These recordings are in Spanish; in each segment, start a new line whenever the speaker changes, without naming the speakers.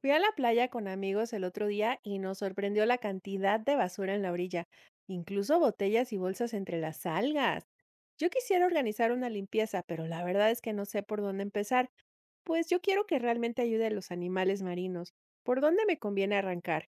Fui a la playa con amigos el otro día y nos sorprendió la cantidad de basura en la orilla, incluso botellas y bolsas entre las algas. Yo quisiera organizar una limpieza, pero la verdad es que no sé por dónde empezar, pues yo quiero que realmente ayude a los animales marinos. ¿Por dónde me conviene arrancar?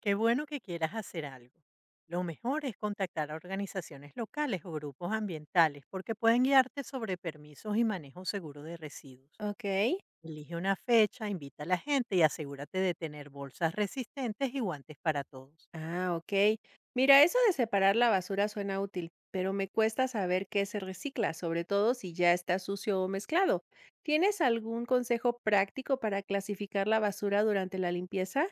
Qué bueno que quieras hacer algo. Lo mejor es contactar a organizaciones locales o grupos ambientales porque pueden guiarte sobre permisos y manejo seguro de residuos.
Ok.
Elige una fecha, invita a la gente y asegúrate de tener bolsas resistentes y guantes para todos.
Ah, ok. Mira, eso de separar la basura suena útil, pero me cuesta saber qué se recicla, sobre todo si ya está sucio o mezclado. ¿Tienes algún consejo práctico para clasificar la basura durante la limpieza?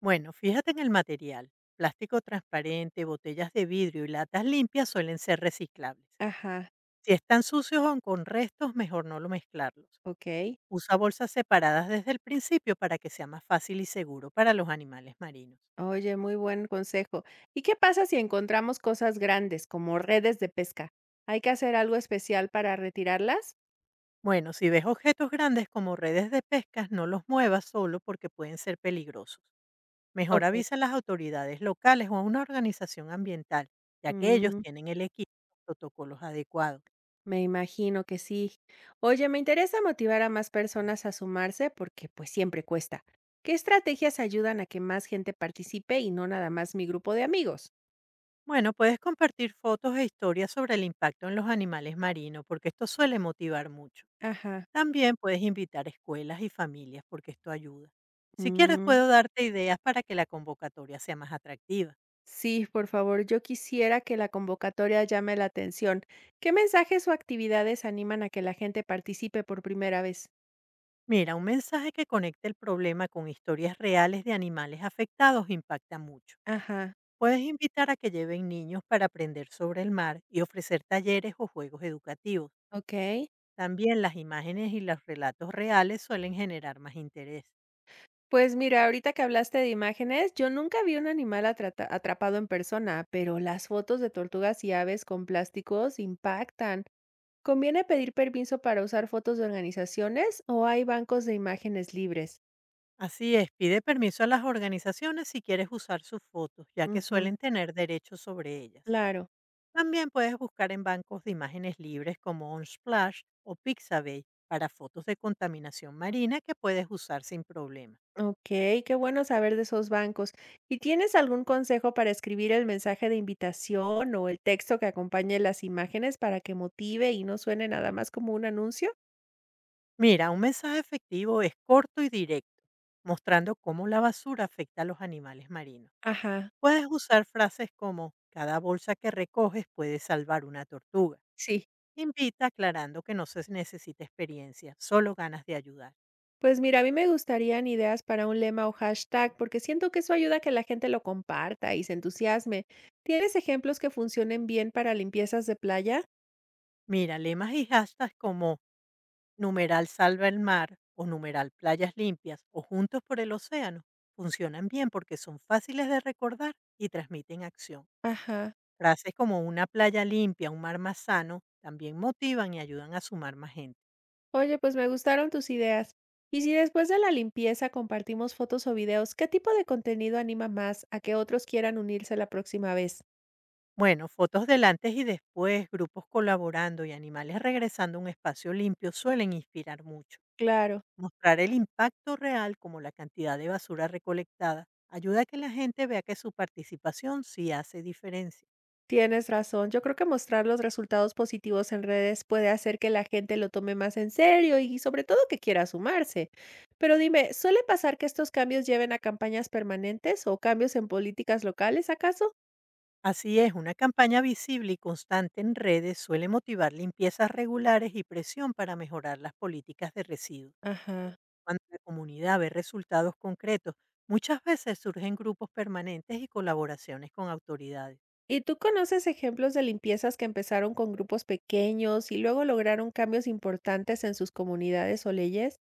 Bueno, fíjate en el material. Plástico transparente, botellas de vidrio y latas limpias suelen ser reciclables.
Ajá,
Si están sucios o con restos, mejor no lo mezclarlos.
ok.
Usa bolsas separadas desde el principio para que sea más fácil y seguro para los animales marinos.
Oye, muy buen consejo. ¿Y qué pasa si encontramos cosas grandes, como redes de pesca? ¿Hay que hacer algo especial para retirarlas?
Bueno, si ves objetos grandes como redes de pescas, no los muevas solo porque pueden ser peligrosos. Mejor
Ok.
avisa a las autoridades locales o a una organización ambiental, ya que ellos
Mm.
tienen el equipo y los protocolos adecuados.
Me imagino que sí. Oye, me interesa motivar a más personas a sumarse porque pues siempre cuesta. ¿Qué estrategias ayudan a que más gente participe y no nada más mi grupo de amigos?
Bueno, puedes compartir fotos e historias sobre el impacto en los animales marinos, porque esto suele motivar mucho.
Ajá.
También puedes invitar escuelas y familias porque esto ayuda. Si quieres
Mm,
puedo darte ideas para que la convocatoria sea más atractiva.
sí, por favor, yo quisiera que la convocatoria llame la atención. ¿Qué mensajes o actividades animan a que la gente participe por primera vez?
Mira, un mensaje que conecte el problema con historias reales de animales afectados impacta mucho.
Ajá.
Puedes invitar a que lleven niños para aprender sobre el mar y ofrecer talleres o juegos educativos.
Ok.
También las imágenes y los relatos reales suelen generar más interés.
Pues mira, ahorita que hablaste de imágenes, yo nunca vi un animal atrapado en persona, pero las fotos de tortugas y aves con plásticos impactan. ¿Conviene pedir permiso para usar fotos de organizaciones o hay bancos de imágenes libres?
Así es, pide permiso a las organizaciones si quieres usar sus fotos, ya que
Ujú,
suelen tener derechos sobre ellas.
claro.
También puedes buscar en bancos de imágenes libres como Unsplash o Pixabay para fotos de contaminación marina que puedes usar sin problema.
Ok, qué bueno saber de esos bancos. ¿Y tienes algún consejo para escribir el mensaje de invitación o el texto que acompañe las imágenes para que motive y no suene nada más como un anuncio?
Mira, un mensaje efectivo es corto y directo, mostrando cómo la basura afecta a los animales marinos.
Ajá,
Puedes usar frases como "cada bolsa que recoges puede salvar una tortuga".
sí.
Invita aclarando que no se necesita experiencia, solo ganas de ayudar.
Pues mira, a mí me gustarían ideas para un lema o hashtag, porque siento que eso ayuda a que la gente lo comparta y se entusiasme. ¿Tienes ejemplos que funcionen bien para limpiezas de playa?
Mira, lemas y hashtags como Numeral Salva el Mar o numeral Playas Limpias o Juntos por el Océano funcionan bien porque son fáciles de recordar y transmiten acción.
Ajá.
Frases como "una playa limpia, un mar más sano" también motivan y ayudan a sumar más gente.
Oye, pues me gustaron tus ideas. Y si después de la limpieza compartimos fotos o videos, ¿qué tipo de contenido anima más a que otros quieran unirse la próxima vez?
Bueno, fotos del antes y después, grupos colaborando y animales regresando a un espacio limpio suelen inspirar mucho.
Claro.
Mostrar el impacto real como la cantidad de basura recolectada ayuda a que la gente vea que su participación sí hace diferencia.
Tienes razón. Yo creo que mostrar los resultados positivos en redes puede hacer que la gente lo tome más en serio y sobre todo que quiera sumarse. Pero dime, ¿suele pasar que estos cambios lleven a campañas permanentes o cambios en políticas locales, acaso?
Así es, una campaña visible y constante en redes suele motivar limpiezas regulares y presión para mejorar las políticas de residuos.
Ajá.
Cuando la comunidad ve resultados concretos, muchas veces surgen grupos permanentes y colaboraciones con autoridades.
¿Y tú conoces ejemplos de limpiezas que empezaron con grupos pequeños y luego lograron cambios importantes en sus comunidades o leyes?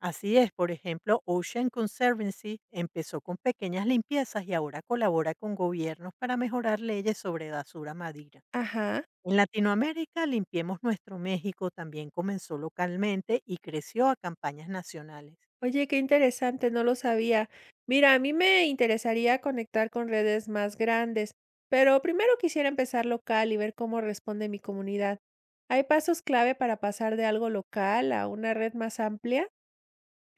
Así es, por ejemplo, Ocean Conservancy empezó con pequeñas limpiezas y ahora colabora con gobiernos para mejorar leyes sobre basura madera.
Ajá.
En Latinoamérica, Limpiemos Nuestro México también comenzó localmente y creció a campañas nacionales.
Oye, qué interesante, no lo sabía. Mira, a mí me interesaría conectar con redes más grandes, pero primero quisiera empezar local y ver cómo responde mi comunidad. ¿Hay pasos clave para pasar de algo local a una red más amplia?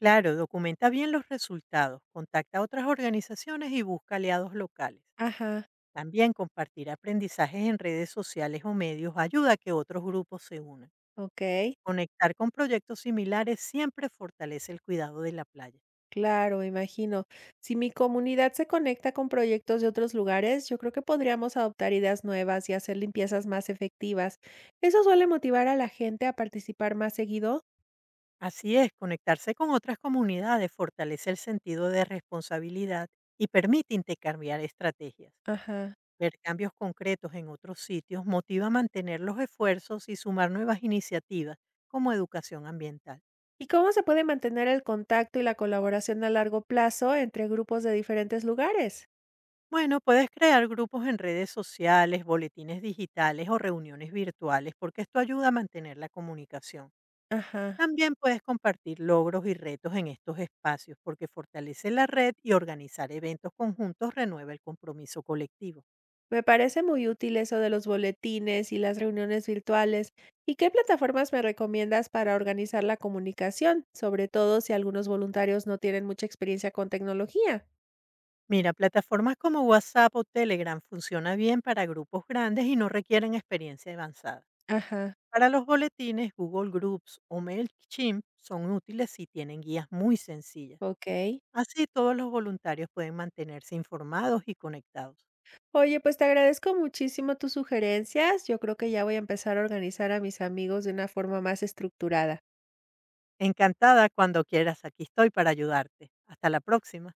Claro, documenta bien los resultados, contacta a otras organizaciones y busca aliados locales.
Ajá,
También compartir aprendizajes en redes sociales o medios ayuda a que otros grupos se unan.
ok,
Conectar con proyectos similares siempre fortalece el cuidado de la playa.
claro, me imagino. Si mi comunidad se conecta con proyectos de otros lugares, yo creo que podríamos adoptar ideas nuevas y hacer limpiezas más efectivas. ¿Eso suele motivar a la gente a participar más seguido?
Así es, conectarse con otras comunidades fortalece el sentido de responsabilidad y permite intercambiar estrategias.
Ajá.
Ver cambios concretos en otros sitios motiva a mantener los esfuerzos y sumar nuevas iniciativas como educación ambiental.
¿Y cómo se puede mantener el contacto y la colaboración a largo plazo entre grupos de diferentes lugares?
Bueno, puedes crear grupos en redes sociales, boletines digitales o reuniones virtuales porque esto ayuda a mantener la comunicación.
Ajá.
También puedes compartir logros y retos en estos espacios porque fortalece la red, y organizar eventos conjuntos renueva el compromiso colectivo.
Me parece muy útil eso de los boletines y las reuniones virtuales. ¿Y qué plataformas me recomiendas para organizar la comunicación, sobre todo si algunos voluntarios no tienen mucha experiencia con tecnología?
Mira, plataformas como WhatsApp o Telegram funciona bien para grupos grandes y no requieren experiencia avanzada.
Ajá,
Para los boletines, Google Groups o MailChimp son útiles si tienen guías muy sencillas.
ok.
Así todos los voluntarios pueden mantenerse informados y conectados.
Oye, pues te agradezco muchísimo tus sugerencias. Yo creo que ya voy a empezar a organizar a mis amigos de una forma más estructurada.
Encantada, cuando quieras, aquí estoy para ayudarte. Hasta la próxima.